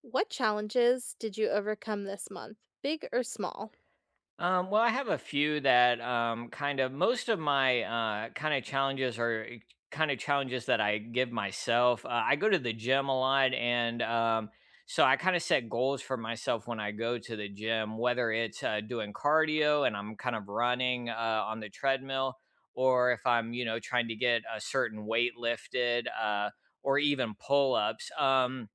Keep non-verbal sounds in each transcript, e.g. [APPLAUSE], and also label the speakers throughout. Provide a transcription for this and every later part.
Speaker 1: What challenges did you overcome this month, big or small?
Speaker 2: Well, I have a few that most of my challenges are challenges that I give myself. I go to the gym a lot, and so I kind of set goals for myself when I go to the gym, whether it's doing cardio and I'm kind of running on the treadmill, or if I'm, you know, trying to get a certain weight lifted or even pull ups.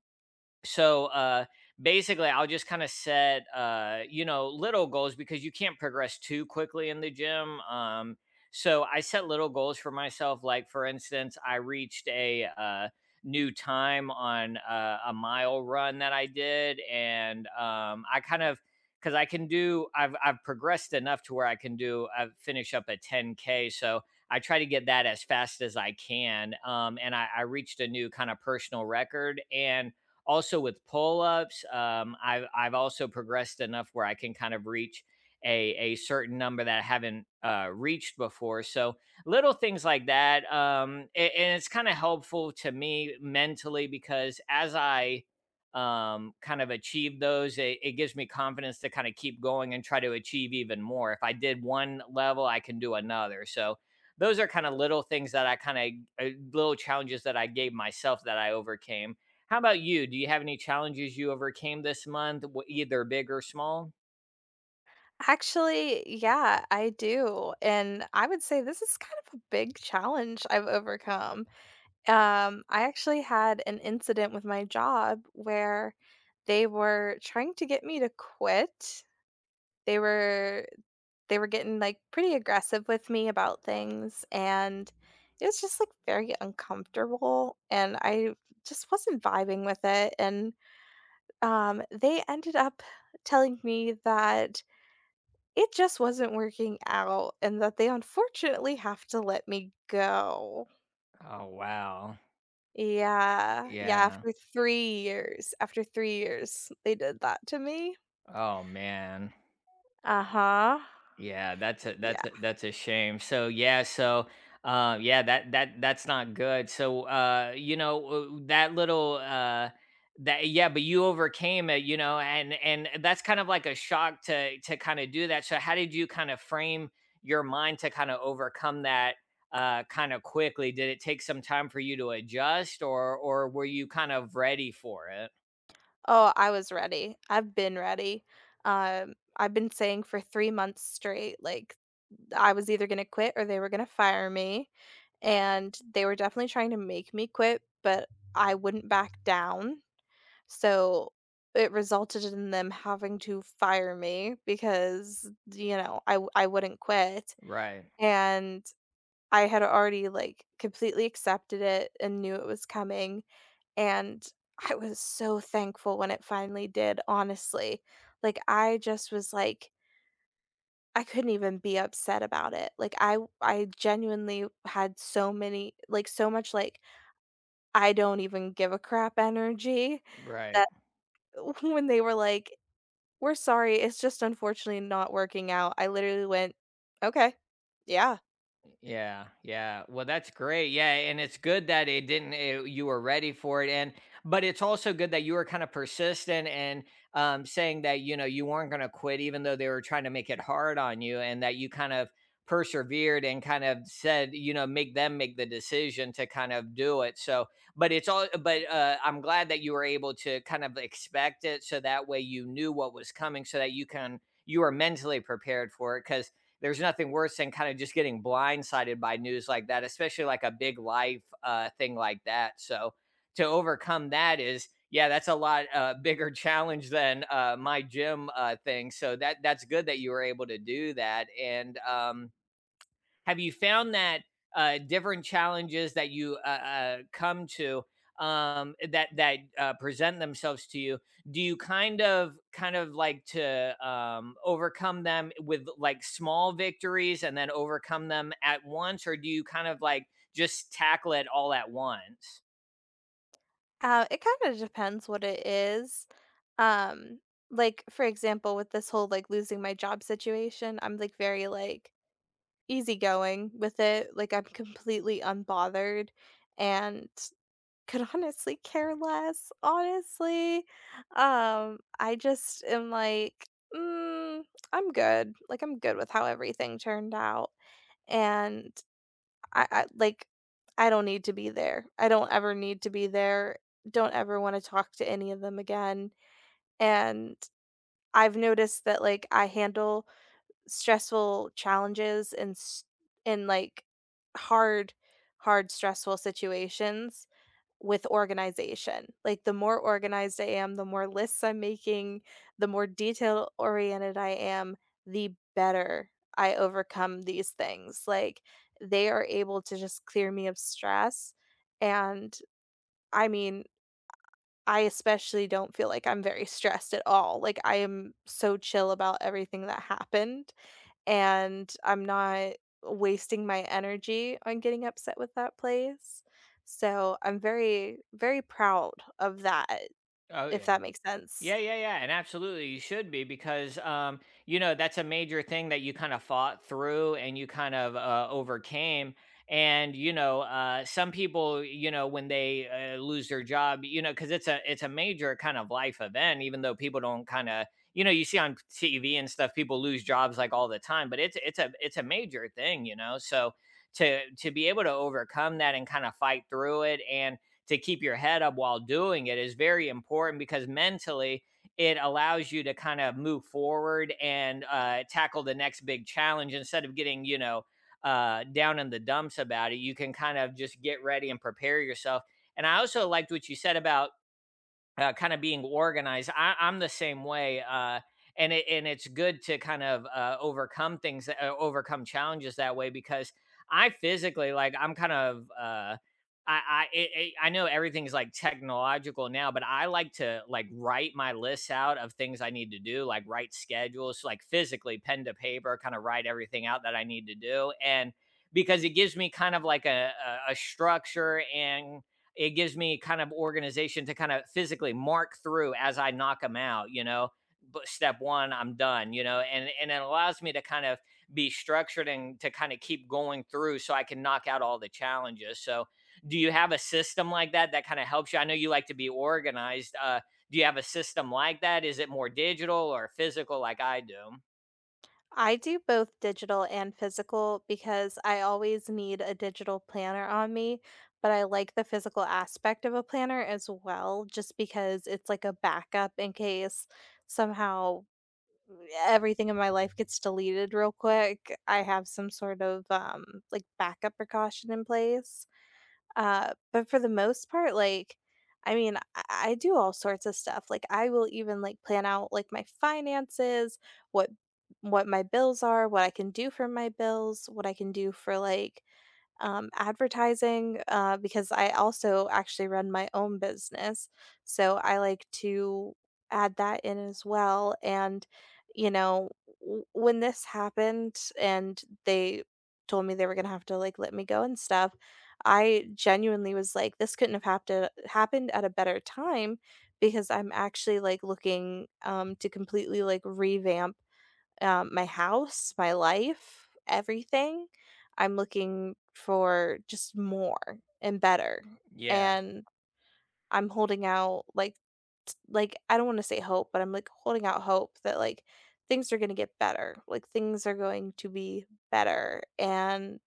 Speaker 2: so uh basically I'll just kind of set little goals because you can't progress too quickly in the gym. So I set little goals for myself, like for instance I reached a new time on a mile run that I did. And I kind of, because I can do, I've progressed enough to where I can do I finish up a 10k. So I try to get that as fast as I can. I reached a new kind of personal record. And also with pull-ups, I've also progressed enough where I can kind of reach a certain number that I haven't reached before. So little things like that. And it's kind of helpful to me mentally because as I kind of achieve those, it gives me confidence to kind of keep going and try to achieve even more. If I did one level, I can do another. So those are kind of little things that I kind of little challenges that I gave myself that I overcame. How about you? Do you have any challenges you overcame this month, w either big or small?
Speaker 1: Actually, yeah, I do. And I would say this is kind of a big challenge I've overcome. I actually had an incident with my job where they were trying to get me to quit. They were they were getting like pretty aggressive with me about things, and it was just like very uncomfortable, and I just wasn't vibing with it. And they ended up telling me that it just wasn't working out and that they unfortunately have to let me go.
Speaker 2: Oh, wow.
Speaker 1: Yeah. Yeah,
Speaker 2: Yeah.
Speaker 1: after 3 years. After 3 years, they did that to me.
Speaker 2: Oh, man.
Speaker 1: Uh-huh.
Speaker 2: Yeah, that's a that's
Speaker 1: Yeah.
Speaker 2: a that's a shame. So yeah, so yeah, that that's not good. So you know that little that yeah, but you overcame it, you know, and that's kind of like a shock to kind of do that. So how did you kind of frame your mind to kind of overcome that kind of quickly? Did it take some time for you to adjust, or were you kind of ready for it?
Speaker 1: Oh, I was ready. I've been ready. I've been saying for 3 months straight, like, I was either gonna quit or they were gonna fire me, and they were definitely trying to make me quit, but I wouldn't back down. So it resulted in them having to fire me because, you know, I wouldn't quit.
Speaker 2: Right,
Speaker 1: And I had already like completely accepted it and knew it was coming, and I was so thankful when it finally did, honestly. Like I just was like I couldn't even be upset about it. Like I genuinely had so many, like, so much like I don't even give a crap energy
Speaker 2: right.
Speaker 1: that [LAUGHS] when they were like, we're sorry, it's just unfortunately not working out. I literally went, "Okay, yeah."
Speaker 2: Yeah, yeah. Well, that's great. Yeah, and it's good that it didn't. It, you were ready for it, and but it's also good that you were kind of persistent and saying that you know you weren't going to quit, even though they were trying to make it hard on you, and that you kind of persevered and kind of said, you know, make them make the decision to kind of do it. So, but it's all. But I'm glad that you were able to kind of expect it, so that way you knew what was coming, so that you were mentally prepared for it because there's nothing worse than kind of just getting blindsided by news like that, especially like a big life thing like that. So to overcome that is, yeah, that's a lot bigger challenge than my gym thing. So that that's good that you were able to do that. And have you found that different challenges that you come to that present themselves to you, do you kind of like to overcome them with like small victories and then overcome them at once, or do you kind of like just tackle it all at once?
Speaker 1: It kinda depends what it is. Um, like, for example, with this whole, like, losing my job situation, I'm, like, very, like, easygoing with it. Like, I'm completely unbothered and could honestly care less, honestly. I just am like, "Mm, I'm good." Like, I'm good with how everything turned out, and I like I don't need to be there. I don't ever need to be there. Don't ever want to talk to any of them again. And I've noticed that like I handle stressful challenges, and like hard hard stressful situations with organization. Like, the more organized I am, the more lists I'm making, the more detail oriented I am, the better I overcome these things. Like, they are able to just clear me of stress. And I mean, I especially don't feel like I'm very stressed at all. Like, I am so chill about everything that happened, and I'm not wasting my energy on getting upset with that place. So I'm very, very proud of that,
Speaker 2: Oh
Speaker 1: if
Speaker 2: yeah.
Speaker 1: that makes sense.
Speaker 2: Yeah, yeah, yeah, and absolutely, you should be because you know that's a major thing that you kind of fought through and you kind of overcame. And you know, some people, you know, when they lose their job, you know, because it's a major kind of life event. Even though people don't kind of, you know, you see on TV and stuff, people lose jobs like all the time, but it's a major thing, you know. So to be able to overcome that and kind of fight through it and to keep your head up while doing it is very important because mentally it allows you to kind of move forward and tackle the next big challenge instead of getting you know down in the dumps about it. You can kind of just get ready and prepare yourself. And I also liked what you said about kind of being organized. I'm the same way, and and it's good to kind of overcome things, overcome challenges that way because I physically like I'm kind of. I know everything's like technological now, but I like to like write my lists out of things I need to do, like write schedules, like physically pen to paper, kind of write everything out that I need to do, and because it gives me kind of like a structure and it gives me kind of organization to kind of physically mark through as I knock them out, you know. But step one, I'm done, you know, and it allows me to kind of be structured and to kind of keep going through so I can knock out all the challenges. So, do you have a system like that that kind of helps you? I know you like to be organized. Do you have a system like that? Is it more digital or physical like I do?
Speaker 1: I do both digital and physical because I always need a digital planner on me, but I like the physical aspect of a planner as well, just because it's like a backup in case somehow everything in my life gets deleted real quick. I have some sort of like backup precaution in place. But for the most part, like I mean, I do all sorts of stuff. Like I will even like plan out like my finances, what what my bills are, what I can do for my bills, what I can do for like advertising because I also actually run my own business. So I like to add that in as well. And, you know, when this happened and they told me they were going to have to like let me go and stuff, I genuinely was like, this couldn't have happened at a better time because I'm actually like looking to completely like revamp my house, my life, everything. I'm looking for just more and better.
Speaker 2: Yeah,
Speaker 1: And I'm holding out like like I don't want to say hope, but I'm like holding out hope that like things are going to get better. Like things are going to be better, and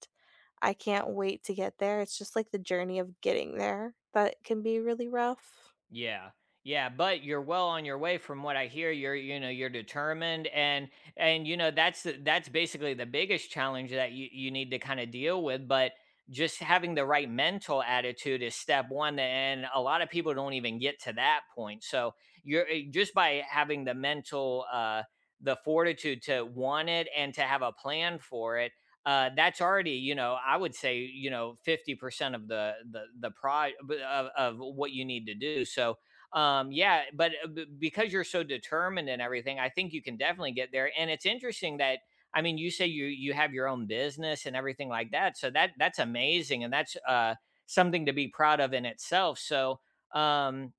Speaker 1: I can't wait to get there. It's just like the journey of getting there that can be really rough.
Speaker 2: yeah. Yeah, but you're well on your way from what I hear. You're you know, you're determined and you know, that's the- that's basically the biggest challenge that you need to kind of deal with, but just having the right mental attitude is step 1, and a lot of people don't even get to that point. So, you're eh, just by having the mental the fortitude to want it and to have a plan for it, that's already, you know, I would say, you know, 50% of the pro of what you need to do. So, yeah, but because you're so determined and everything, I think you can definitely get there. And it's interesting that, I mean, you say you have your own business and everything like that. So that's amazing. And that's, something to be proud of in itself. So, um,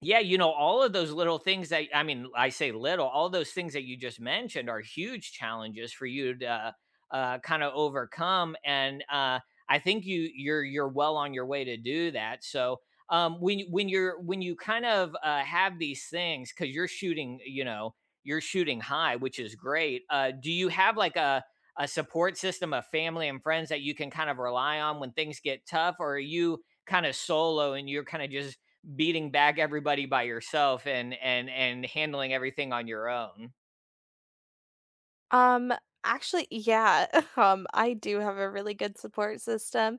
Speaker 2: yeah, you know, all of those little things that I mean, I say little, all those things that you just mentioned are huge challenges for you to kind of overcome, and I think you're you're well on your way to do that. So when you- when you're when you kind of have these things because you're shooting, you know, you're shooting high, which is great. Do you have like a support system of family and friends that you can kind of rely on when things get tough, or are you kind of solo and you're kind of just beating back everybody by yourself and and handling everything on your own.
Speaker 1: Um, Actually, yeah, [LAUGHS] I do have a really good support system.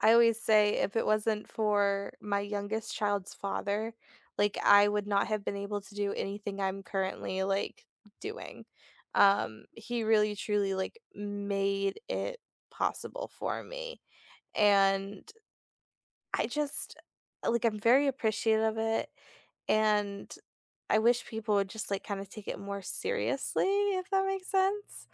Speaker 1: I always say if it wasn't for my youngest child's father, like I would not have been able to do anything I'm currently like doing. He really truly like made it possible for me. And I just like I'm very appreciative of it, and I wish people would just like kind of take it more seriously, if that makes sense,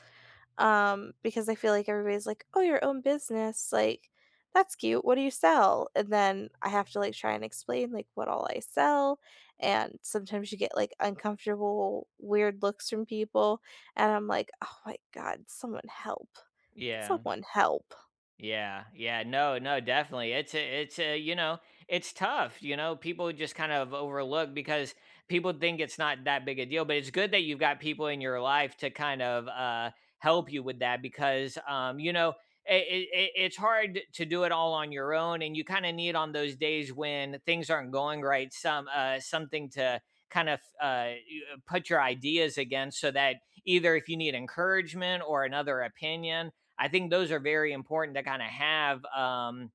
Speaker 1: because I feel like everybody's like, "Oh, your own business, like that's cute. What do you sell?" And then I have to like try and explain like what all I sell, and sometimes you get like uncomfortable, weird looks from people, and I'm like, "Oh my god, someone help.
Speaker 2: Yeah.
Speaker 1: Someone help."
Speaker 2: Yeah, yeah, no, no, definitely. It's a, you know, it's tough. You know, people just kind of overlook because people think it's not that big a deal. But it's good that you've got people in your life to kind of help you with that because, you know, it's hard to do it all on your own, and you kind of need on those days when things aren't going right, some something to kind of put your ideas against, so that either if you need encouragement or another opinion I think those are very important to kind of have.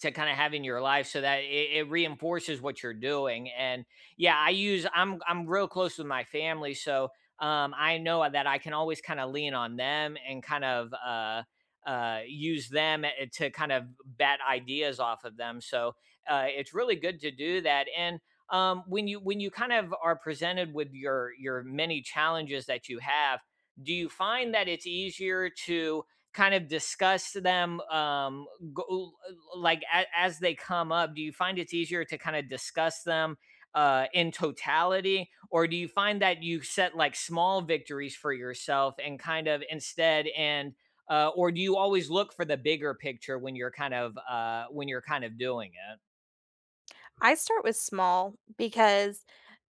Speaker 2: To kind of have in your life so that it reinforces what you're doing. And yeah, I'm real close with my family, so I know that I can always kind of lean on them and kind of use them to kind of bat ideas off of them. So it's really good to do that. And when you kind of are presented with your many challenges that you have, do you find that it's easier to kind of discuss them go, as they come up, do you find it's easier to kind of discuss them in totality, or do you find that you set like small victories for yourself and kind of instead and or do you always look for the bigger picture when you're kind of when you're kind of doing it.
Speaker 1: I start with small because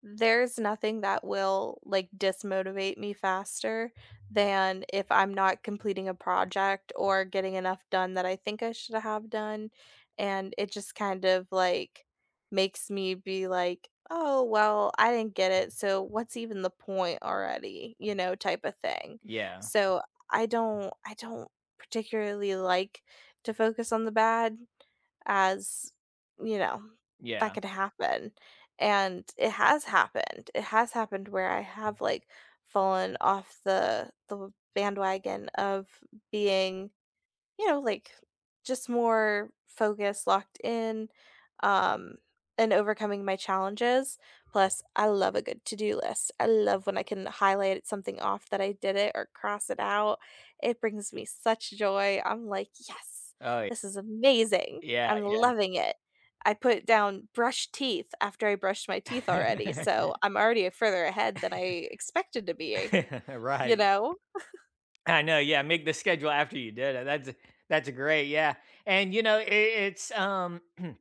Speaker 1: there's nothing that will like dismotivate me faster than if I'm not completing a project or getting enough done that I think I should have done. And it just kind of like makes me be like, oh, well, I didn't get it. So what's even the point already? You know, type of thing.
Speaker 2: Yeah.
Speaker 1: So I don't particularly like to focus on the bad, as, you know, that
Speaker 2: Yeah.
Speaker 1: could happen, and it has happened. It has happened where I have, like, fallen off the bandwagon of being, you know, like just more focused, locked in, um, and overcoming my challenges. Plus, I love a good to do list. I love when I can highlight something off that I did it or cross it out. It brings me such joy. I'm like, yes,
Speaker 2: Oh,
Speaker 1: this is amazing.
Speaker 2: yeah.
Speaker 1: I'm loving it. I put down brush teeth after I brushed my teeth already.
Speaker 2: Yeah.
Speaker 1: So I'm already further ahead than I expected to be,
Speaker 2: Yeah. [LAUGHS] [LAUGHS]
Speaker 1: you
Speaker 2: Right.
Speaker 1: know?
Speaker 2: I know, yeah, make the schedule after you did it. That's great, yeah. And you know, it's [CLEARS THROAT]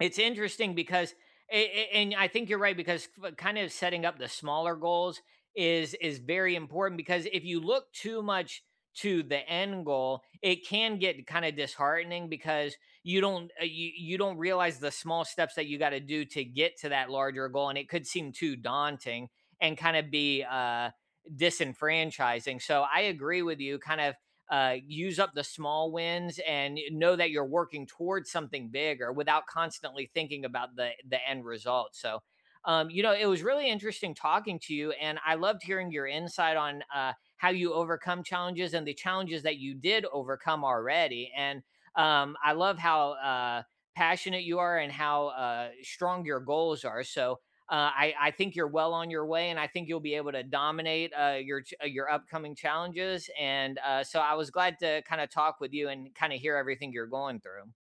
Speaker 2: it's interesting because, and I think you're right because kind of setting up the smaller goals is very important because if you look too much to the end goal, it can get kind of disheartening because you don't you you don't realize the small steps that you got to do to get to that larger goal, and it could seem too daunting and kind of be disenfranchising. So I agree with you. Kind of use up the small wins and know that you're working towards something bigger without constantly thinking about the end result. So. You know, it was really interesting talking to you, and I loved hearing your insight on how you overcome challenges and the challenges that you did overcome already. And I love how passionate you are and how strong your goals are. So I think you're well on your way, and I think you'll be able to dominate your upcoming challenges. And so I was glad to kind of talk with you and kind of hear everything you're going through.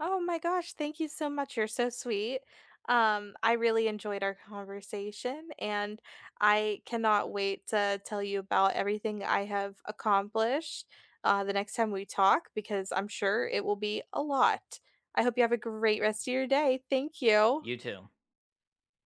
Speaker 1: Oh my gosh, thank you so much. You're so sweet. I really enjoyed our conversation, and I cannot wait to tell you about everything I have accomplished the next time we talk because I'm sure it will be a lot. I hope you have a great rest of your day. Thank you.
Speaker 2: You too.